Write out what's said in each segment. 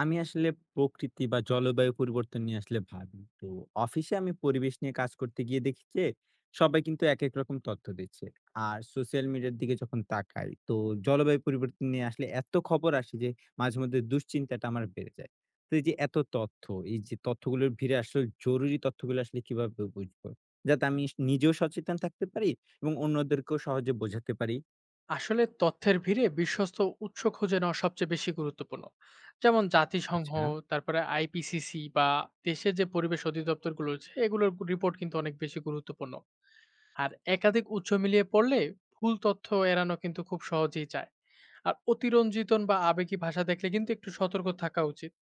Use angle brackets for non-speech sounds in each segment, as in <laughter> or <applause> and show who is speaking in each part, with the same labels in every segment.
Speaker 1: আমি আসলে প্রকৃতি বা জলবায়ু পরিবর্তন নিয়ে আসলে ভাবি তো অফিসে আমি পরিবেশ নিয়ে কাজ করতে গিয়ে দেখি যে সবাই কিন্তু এক এক রকম তথ্য দিচ্ছে। আর সোশ্যাল মিডিয়ার দিকে যখন তাকাই তো জলবায়ু পরিবর্তন নিয়ে আসলে এত খবর আসে যে মাঝে মধ্যে দুশ্চিন্তাটা আমার বেড়ে যায়। তো এই যে এত তথ্য, এই যে তথ্যগুলোর ভিড়ে আসলে জরুরি তথ্যগুলো আসলে কিভাবে বুঝবো, যাতে আমি নিজেও সচেতন থাকতে পারি এবং অন্যদেরকেও সহজে বোঝাতে পারি?
Speaker 2: আসলে তথ্যের ভিড়ে বিশ্বস্ত উৎস খুঁজে নেওয়া সবচেয়ে বেশি গুরুত্বপূর্ণ, যেমন জাতিসংঘ,
Speaker 1: আচ্ছা।
Speaker 2: তারপরে আইপিসিসি বা দেশের যে পরিবেশ অধিদপ্তরগুলো রয়েছে এগুলোর রিপোর্ট কিন্তু অনেক বেশি গুরুত্বপূর্ণ। আর একাধিক উৎস মিলিয়ে পড়লে ভুল তথ্য এড়ানো কিন্তু খুব সহজেই যায়। আর অতিরঞ্জিতন বা আবেগী ভাষা দেখলে কিন্তু একটু সতর্ক থাকা উচিত।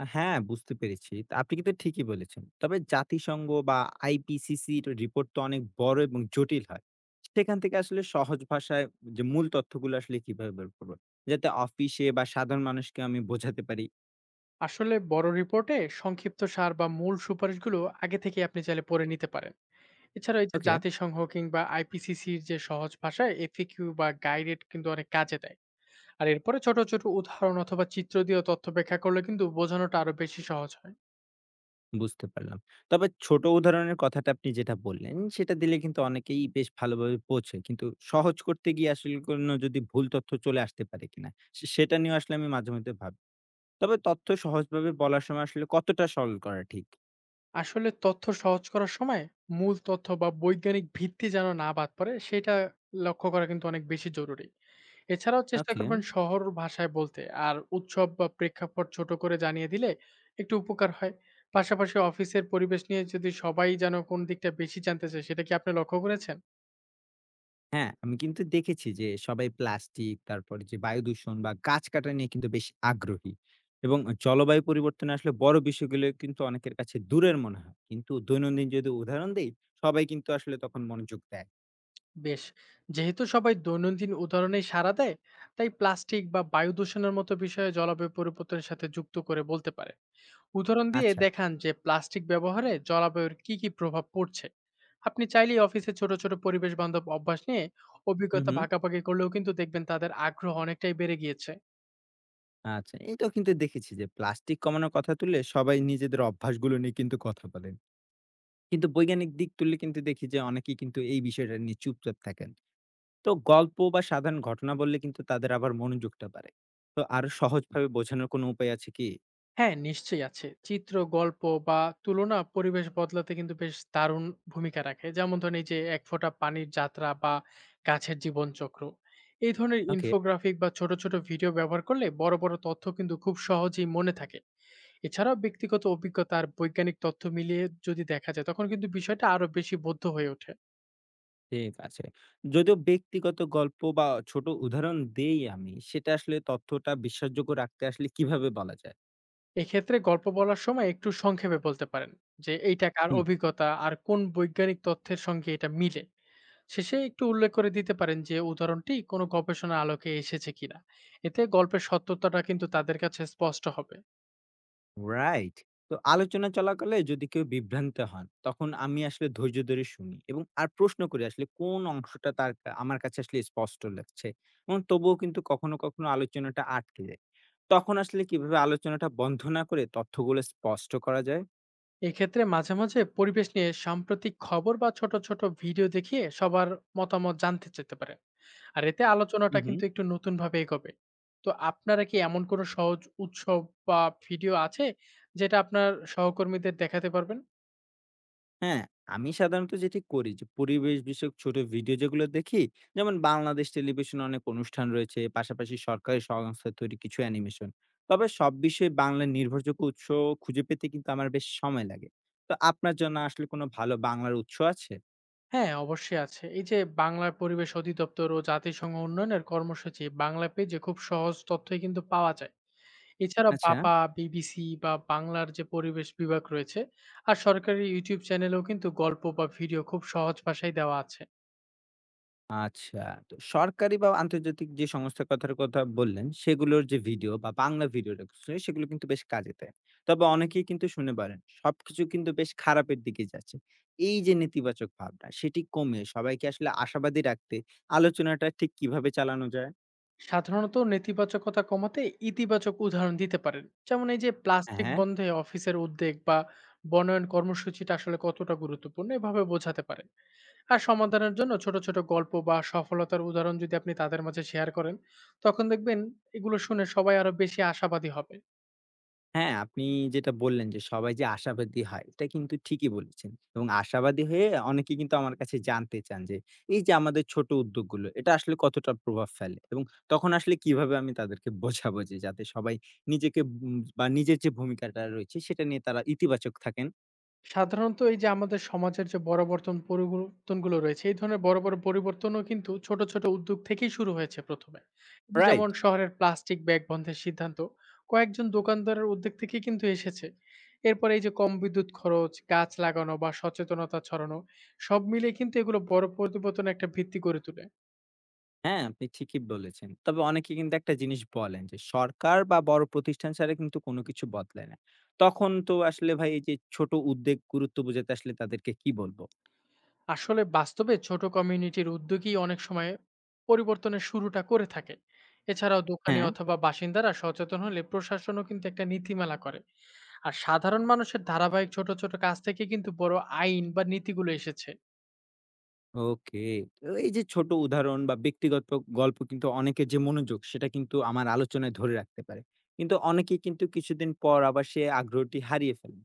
Speaker 1: হ্যাঁ, বুঝতে পেরেছি। তো আপনি কিন্তু ঠিকই বলেছেন। তবে জাতিসংঘ বা আইপিসিসির রিপোর্ট তো অনেক বড় এবং জটিল হয়। সেখান থেকে আসলে সহজ ভাষায় যে মূল তথ্যগুলো আসলে কিভাবে বের করব? যাতে অফিসে বা সাধারণ মানুষকে আমি বোঝাতে পারি।
Speaker 2: আসলে বড় রিপোর্টে সংক্ষিপ্ত সার বা মূল সুপারিশগুলো আগে থেকে আপনি চাইলে পড়ে নিতে পারেন। এছাড়া এই যে
Speaker 1: ওকে,
Speaker 2: জাতিসংঘ কিংবা আইপিসিসির যে সহজ ভাষায় এফিকিউ বা গাইডেড কিন্তু অনেক কাজে দেয়। আর এরপরে ছোট ছোট উদাহরণ অথবা চিত্র দিয়ে তথ্য ব্যাখ্যা করলে কিন্তু বোঝানোটা আরো বেশি সহজ হয়।
Speaker 1: বুঝতে পারলাম। তবে ছোট উদাহরণের কথাটা আপনি যেটা বললেন, সেটা দিলে কিন্তু অনেকেই বেশ ভালোভাবে বোঝে। কিন্তু সহজ করতে গিয়ে আসলে কোনো যদি ভুল তথ্য চলে আসতে পারে কিনা? সেটা নিয়েও আসলে আমি মাঝে মধ্যে ভাবি। তবে তথ্য সহজভাবে বলার সময় আসলে কতটা সরল করা ঠিক?
Speaker 2: আসলে তথ্য সহজ করার সময় মূল তথ্য বা বৈজ্ঞানিক ভিত্তি যেন না বাদ পড়ে সেটা লক্ষ্য করা কিন্তু অনেক বেশি জরুরি। এছাড়াও চেষ্টা
Speaker 1: ওকে।
Speaker 2: করবেন শহর ভাষায় বলতে। আর উৎসব বা প্রেক্ষাপট ছোট করে জানিয়ে দিলে একটু উপকার হয়। পাশাপাশি অফিসের পরিবেশ নিয়ে যদি সবাই যেন কোন দিকটা বেশি জানতে চায় সেটা কি আপনি লক্ষ্য করেছেন?
Speaker 1: হ্যাঁ, আমি কিন্তু দেখেছি যে সবাই প্লাস্টিক, তারপরে যে বায়ু দূষণ বা গাছ কাটা নিয়ে কিন্তু বেশ আগ্রহী। এবং জলবায়ু পরিবর্তনে আসলে বড় বিষয়গুলো কিন্তু অনেকের কাছে দূরের মনে হয়। কিন্তু দৈনন্দিন যদি উদাহরণ দেই, সবাই কিন্তু আসলে তখন মনোযোগ দেয়।
Speaker 2: বেশ, যেহেতু সবাই দৈনন্দিন উদাহরণেই সাড়া দেয়, তাই প্লাস্টিক বা বায়ু দূষণের মতো বিষয়ে জলবায়ু পরিবর্তনের সাথে যুক্ত করে বলতে পারে। উদাহরণ দিয়ে
Speaker 1: আচ্ছা।
Speaker 2: দেখান যে প্লাস্টিক ব্যবহারে জলবায়ুর কি কি প্রভাব পড়ছে। আপনি চাইলেই অফিসে ছোট ছোট পরিবেশ বান্ধব অভ্যাস নিয়ে
Speaker 1: হুম,
Speaker 2: অভিজ্ঞতা
Speaker 1: হুম।
Speaker 2: ভাগাভাগি করলেও কিন্তু দেখবেন তাদের আগ্রহ অনেকটাই বেড়ে গিয়েছে।
Speaker 1: আচ্ছা, এটাও কিন্তু দেখেছি যে প্লাস্টিক কমানোর কথা তুললে সবাই নিজেদের অভ্যাসগুলো নিয়ে কিন্তু কথা বলেন। কিন্তু বৈজ্ঞানিক দিক তুললে কিন্তু দেখি যে অনেকেই কিন্তু এই বিষয়টা নিয়ে চুপচাপ থাকেন। তো গল্প বা সাধারণ ঘটনা বললে কিন্তু তাদের আবার মনোযোগটা বাড়ে। তো আরো সহজভাবে বোঝানোর কোনো উপায় আছে কি?
Speaker 2: হ্যাঁ, নিশ্চয়ই আছে। চিত্র, গল্প বা তুলনা পরিবেশ বদলাতে কিন্তু বেশ দারুণ ভূমিকা রাখে। যেমন ধরেন এই যে 'এক ফোঁটা পানির যাত্রা' বা 'গাছের জীবনচক্র'। এই ধরনের
Speaker 1: ওকে।
Speaker 2: ইনফোগ্রাফিক বা ছোট ছোট ভিডিও ব্যবহার করলে বড় বড় তথ্য কিন্তু খুব সহজেই মনে থাকে। এছাড়াও ব্যক্তিগত অভিজ্ঞতা আর বৈজ্ঞানিক তথ্য মিলিয়ে যদি দেখা যায়, তখন কিন্তু বিষয়টা আরো বেশি বোধ্য হয়ে ওঠে।
Speaker 1: ঠিক আছে। যদিও ব্যক্তিগত গল্প বা ছোট উদাহরণ দেই আমি, সেটা আসলে তথ্যটা বিশ্বাসযোগ্য রাখতে আসলে কিভাবে বলা যায়?
Speaker 2: এক্ষেত্রে গল্প বলার সময় একটু সংক্ষেপে বলতে পারেন যে, এইটা কার
Speaker 1: হুম।
Speaker 2: অভিজ্ঞতা আর কোন বৈজ্ঞানিক তথ্যের সঙ্গে এটা মিলে। শেষে একটু উল্লেখ করে দিতে পারেন যে উদাহরণটি কোনো গবেষণার আলোকে এসেছে কিনা। এতে গল্পের সত্যতাটা কিন্তু তাদের কাছে স্পষ্ট হবে।
Speaker 1: রাইট। তো আলোচনা চলাকালে যদি কেউ বিভ্রান্ত হন, তখন আমি আসলে ধৈর্য ধরে শুনি এবং আর প্রশ্ন করি আসলে কোন অংশটা আমার কাছে আসলে স্পষ্ট লাগছে। এবং তবুও কিন্তু কখনো, কখনো আলোচনাটা আটকে যায়। তখন আসলে কিভাবে আলোচনাটা বন্ধ না করে তথ্যগুলো স্পষ্ট করা যায়?
Speaker 2: এক্ষেত্রে মাঝে মাঝে পরিবেশ নিয়ে সাম্প্রতিক খবর বা ছোট ছোট ভিডিও দেখিয়ে সবার মতামত জানতে যেতে পারে। আর এতে আলোচনাটা
Speaker 1: উহু।
Speaker 2: কিন্তু একটু নতুন ভাবে এগোবে। তো আপনারা কি এমন কোনো সহজ উৎসব বা ভিডিও আছে যেটা আপনার সহকর্মীদের দেখাতে পারবেন?
Speaker 1: হ্যাঁ, আমি সাধারণত যেটি করি যে পরিবেশ বিষয়ক ছোট ভিডিও যেগুলো দেখি, যেমন বাংলাদেশ টেলিভিশনে অনেক অনুষ্ঠান রয়েছে, পাশাপাশি সরকারি সংস্থা তৈরি কিছু অ্যানিমেশন। তবে সব বিষয়ে বাংলা নির্ভরযোগ্য উৎস খুঁজে পেতে কিন্তু আমার বেশ সময় লাগে। তো আপনার জন্য আসলে কোনো ভালো বাংলার উৎস আছে?
Speaker 2: হ্যাঁ, অবশ্যই আছে। এই যে বাংলার পরিবেশ অধিদপ্তর ও জাতিসংঘ উন্নয়নের কর্মসূচি বাংলা পেজে খুব সহজ তথ্যই কিন্তু পাওয়া যায়। এছাড়া
Speaker 1: আচ্ছা।
Speaker 2: বাপা, বিবিসি বা বাংলার যে পরিবেশ বিভাগ রয়েছে। আর সরকারি ইউটিউব চ্যানেলেও কিন্তু গল্প বা ভিডিও খুব সহজ ভাষায় দেওয়া আছে।
Speaker 1: আচ্ছা। তো সরকারি বা আন্তর্জাতিক যে সংস্থার কথার কথা বললেন, সেগুলোর যে ভিডিও বা বাংলা ভিডিও লেকচার সেগুলো কিন্তু বেশ কাজে দেয়। তবে অনেকেই কিন্তু শুনে পারেন, সবকিছু কিন্তু বেশ খারাপের দিকে যাচ্ছে। এই যে নেতিবাচক ভাবনা, সেটি কমিয়ে সবাইকে আসলে আশাবাদী রাখতে আলোচনাটা ঠিক কিভাবে চালানো যায়?
Speaker 2: সাধারণত নেতিবাচকতা কমাতে ইতিবাচক উদাহরণ দিতে পারেন। যেমন এই যে প্লাস্টিক
Speaker 1: হ্যাঁ।
Speaker 2: বন্ধে অফিসের উদ্যোগ বা বনায়ন কর্মসূচিটা আসলে কতটা গুরুত্বপূর্ণ এভাবে বোঝাতে পারেন। আর সমাধানের জন্য ছোট ছোট গল্প বা সফলতার উদাহরণ যদি আপনি তাদের মাঝে শেয়ার করেন, তখন দেখবেন এগুলো শুনে সবাই আরো বেশি আশাবাদী হবে।
Speaker 1: হ্যাঁ, আপনি যেটা বললেন যে সবাই যে আশাবাদী হয়, এটা কিন্তু ঠিকই বলেছেন। এবং আশাবাদী হয়ে অনেকে কিন্তু আমার কাছে জানতে চান যে এই যে আমাদের ছোট উদ্যোগগুলো, এটা আসলে কতটা প্রভাব ফেলে? এবং তখন আসলে কিভাবে আমি তাদেরকে <laughs> বোঝাবো যে যাতে সবাই নিজেকে বা নিজের যে ভূমিকাটা রয়েছে সেটা নিয়ে তারা ইতিবাচক থাকেন।
Speaker 2: সাধারণত এই যে আমাদের সমাজের যে বড় বর্তন পরিবর্তনগুলো রয়েছে, এই ধরনের বড় বড় পরিবর্তনও কিন্তু ছোট ছোট উদ্যোগ থেকেই শুরু হয়েছে ১ম এ। যেমন
Speaker 1: রাইট?
Speaker 2: শহরের প্লাস্টিক ব্যাগ বন্ধের সিদ্ধান্ত কয়েকজন দোকানদারের উদ্যোগ থেকেই কিন্তু এসেছে। এরপরে এই যে কম বিদ্যুৎ খরচ, গাছ লাগানো বা সচেতনতা ছড়ানো সব মিলিয়ে কিন্তু এগুলো বড় পরিবর্তনের একটা ভিত্তি গড়ে তোলে।
Speaker 1: হ্যাঁ, আপনি ঠিকই বলেছেন। তবে অনেকে কিন্তু একটা জিনিস বলেন যে সরকার বা বড় প্রতিষ্ঠান ছাড়া কিন্তু কোনো কিছু বদলায় না। তখন তো আসলে ভাই এই যে ছোট উদ্যোগ গুরুত্ব বোঝাতে আসলে তাদেরকে কি বলবো?
Speaker 2: আসলে বাস্তবে ছোট কমিউনিটির উদ্যোগই অনেক সময় পরিবর্তনের শুরুটা করে থাকে। এছাড়াও দোকানে
Speaker 1: হ্যাঁ।
Speaker 2: অথবা বাসিন্দারা সচেতন হলে প্রশাসনও কিন্তু একটা নীতিমালা করে। আর সাধারণ মানুষের ধারাবাহিক ছোট ছোট কাজ থেকে কিন্তু বড় আইন বা নীতিগুলো এসেছে।
Speaker 1: ওকে। তো এই যে ছোট উদাহরণ বা ব্যক্তিগত গল্প কিন্তু অনেকের যে মনোযোগ সেটা কিন্তু আমার আলোচনায় ধরে রাখতে পারে। কিন্তু অনেকেই কিন্তু কিছুদিন পর আবার সে আগ্রহটি হারিয়ে ফেলেন।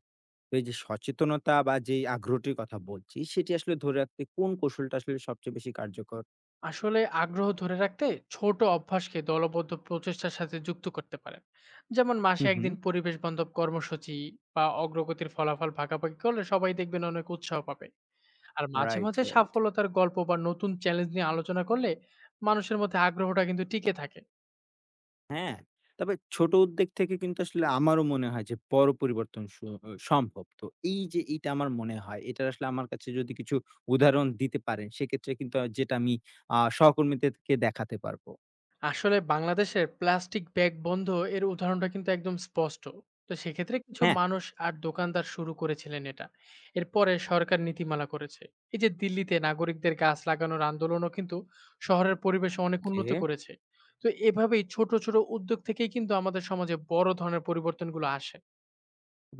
Speaker 1: তো এই যে সচেতনতা বা যেই আগ্রহটির কথা বলছি সেটি আসলে ধরে রাখতে কোন কৌশলটা আসলে সবচেয়ে বেশি কার্যকর?
Speaker 2: আসলে আগ্রহ ধরে রাখতে ছোট অভ্যাসকে দলবদ্ধ প্রচেষ্টার সাথে যুক্ত করতে পারেন, যেমন মাসে
Speaker 1: হুম, হুম।
Speaker 2: একদিন পরিবেশ বান্ধব কর্মসূচি বা অগ্রগতির ফলাফল ভাগাভাগি করলে সবাই দেখবেন অনেক উৎসাহ পাবে। আর মাঝে
Speaker 1: রাইট,
Speaker 2: মাঝে
Speaker 1: রাইট।
Speaker 2: সাফলতার গল্প বা নতুন চ্যালেঞ্জ নিয়ে আলোচনা করলে মানুষের মধ্যে আগ্রহটা কিন্তু টিকে থাকে।
Speaker 1: হ্যাঁ, তবে ছোট উদ্যোগ থেকে কিন্তু আসলে আমারও মনে হয় যে বড় পরিবর্তন সু অ সম্ভব। তো এই যে এইটা আমার মনে হয়, এটার আসলে আমার কাছে যদি কিছু উদাহরণ দিতে পারেন, সেক্ষেত্রে কিন্তু যেটা আমি সহকর্মীদেরকে দেখাতে পারবো।
Speaker 2: আসলে বাংলাদেশের প্লাস্টিক ব্যাগ বন্ধ এর উদাহরণটা কিন্তু একদম স্পষ্ট। তো সেক্ষেত্রে কিছু
Speaker 1: হ্যাঁ?
Speaker 2: মানুষ আর দোকানদার শুরু করেছিলেন এটা। এরপরে সরকার নীতিমালা করেছে। এই যে দিল্লিতে নাগরিকদের গাছ লাগানোর আন্দোলনও কিন্তু শহরের পরিবেশ অনেক
Speaker 1: ওকে।
Speaker 2: উন্নত করেছে। তো এভাবেই ছোট ছোট উদ্যোগ থেকেই কিন্তু আমাদের সমাজে বড় ধরনের পরিবর্তনগুলো আসে।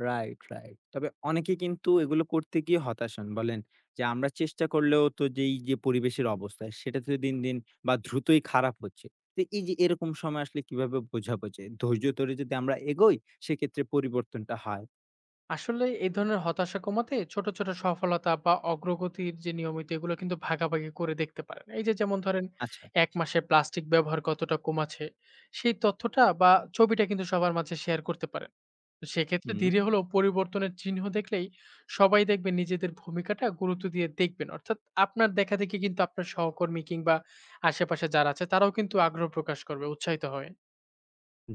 Speaker 1: Right, right. তবে অনেকে কিন্তু এগুলো করতে গিয়ে হতাশ হন। বলেন যে আমরা চেষ্টা করলেও তো যেই যে পরিবেশের অবস্থা, সেটা তো দিন, দিন বা দ্রুতই খারাপ হচ্ছে। তো এই যে এরকম সময় আসলে কিভাবে বোঝাবো যে ধৈর্য ধরে যদি আমরা এগোই, সেক্ষেত্রে পরিবর্তনটা হয়?
Speaker 2: আসলে এই ধরনের হতাশা কমাতে ছোট ছোট সফলতা বা অগ্রগতির যে নিয়মিত এগুলো কিন্তু ভাগাভাগি করে দেখতে পারেন। এই যে যেমন ধরেন
Speaker 1: আচ্ছা,
Speaker 2: এক মাসে প্লাস্টিক ব্যবহার কতটা কমাচ্ছে সেই তথ্যটা বা ছবিটা কিন্তু সবার মাঝে শেয়ার করতে পারেন। তো সেক্ষেত্রে
Speaker 1: হুম।
Speaker 2: ধীরে হলেও পরিবর্তনের চিহ্ন দেখলেই সবাই দেখবেন নিজেদের ভূমিকাটা গুরুত্ব দিয়ে দেখবেন, অর্থাৎ আপনার দেখা দেখি কিন্তু আপনার সহকর্মী কিংবা আশেপাশে যারা আছে তারাও কিন্তু আগ্রহ প্রকাশ করবে, উৎসাহিত হবে।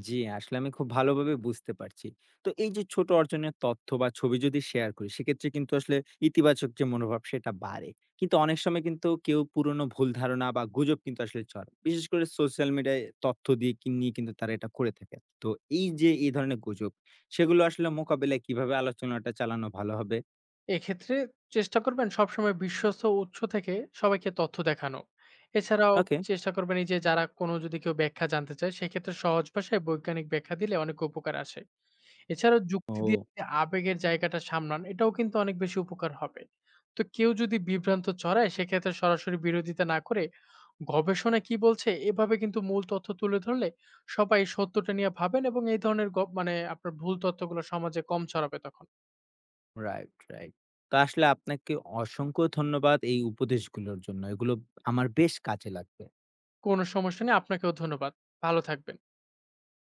Speaker 1: জি, আসলে আমি খুব ভালোভাবে বুঝতে পারছি। তো এই যে ছোট অর্জনের তথ্য বা ছবি যদি শেয়ার করি, সেক্ষেত্রে কিন্তু আসলে ইতিবাচক যে মনোভাব সেটা বাড়ে। কিন্তু অনেক সময় কিন্তু কেউ পুরনো ভুল ধারণা বা গুজব কিন্তু আসলে ছড়ায়। বিশেষ করে সোশ্যাল মিডিয়ায় তথ্য দিয়ে কি নিয়ে কিন্তু তারা এটা করে থাকে। তো এই যে এই ধরনের গুজব, সেগুলো আসলে মোকাবিলায় কিভাবে আলোচনাটা চালানো ভালো হবে?
Speaker 2: এক্ষেত্রে চেষ্টা করবেন সবসময় বিশ্বস্ত উৎস থেকে সবাইকে তথ্য দেখানো। এছাড়াও
Speaker 1: ওকে।
Speaker 2: চেষ্টা করবেন এই যে যারা কোনো যদি কেউ ব্যাখ্যা জানতে চায় সেক্ষেত্রে সহজ ভাষায় বৈজ্ঞানিক ব্যাখ্যা দিলে অনেক উপকার আসে। এছাড়াও যুক্তি দিয়ে
Speaker 1: ও।
Speaker 2: যে আবেগের জায়গাটা সামলান এটাও কিন্তু অনেক বেশি উপকার হবে। তো কেউ যদি বিভ্রান্ত চড়ায় সেক্ষেত্রে সরাসরি বিরোধিতা না করে গবেষণা কি বলছে এভাবে কিন্তু মূল তথ্য তুলে ধরলে সবাই সত্যটা নিয়ে ভাবেন, এবং এই ধরনের মানে আপনার ভুল তথ্যগুলো সমাজে কম ছড়াবে তখন।
Speaker 1: Right, right. তো আসলে আপনাকে অসংখ্য ধন্যবাদ এই উপদেশগুলোর জন্য। এগুলো আমার বেশ কাজে লাগবে।
Speaker 2: কোনো সমস্যা নেই। আপনাকেও ধন্যবাদ। ভালো থাকবেন।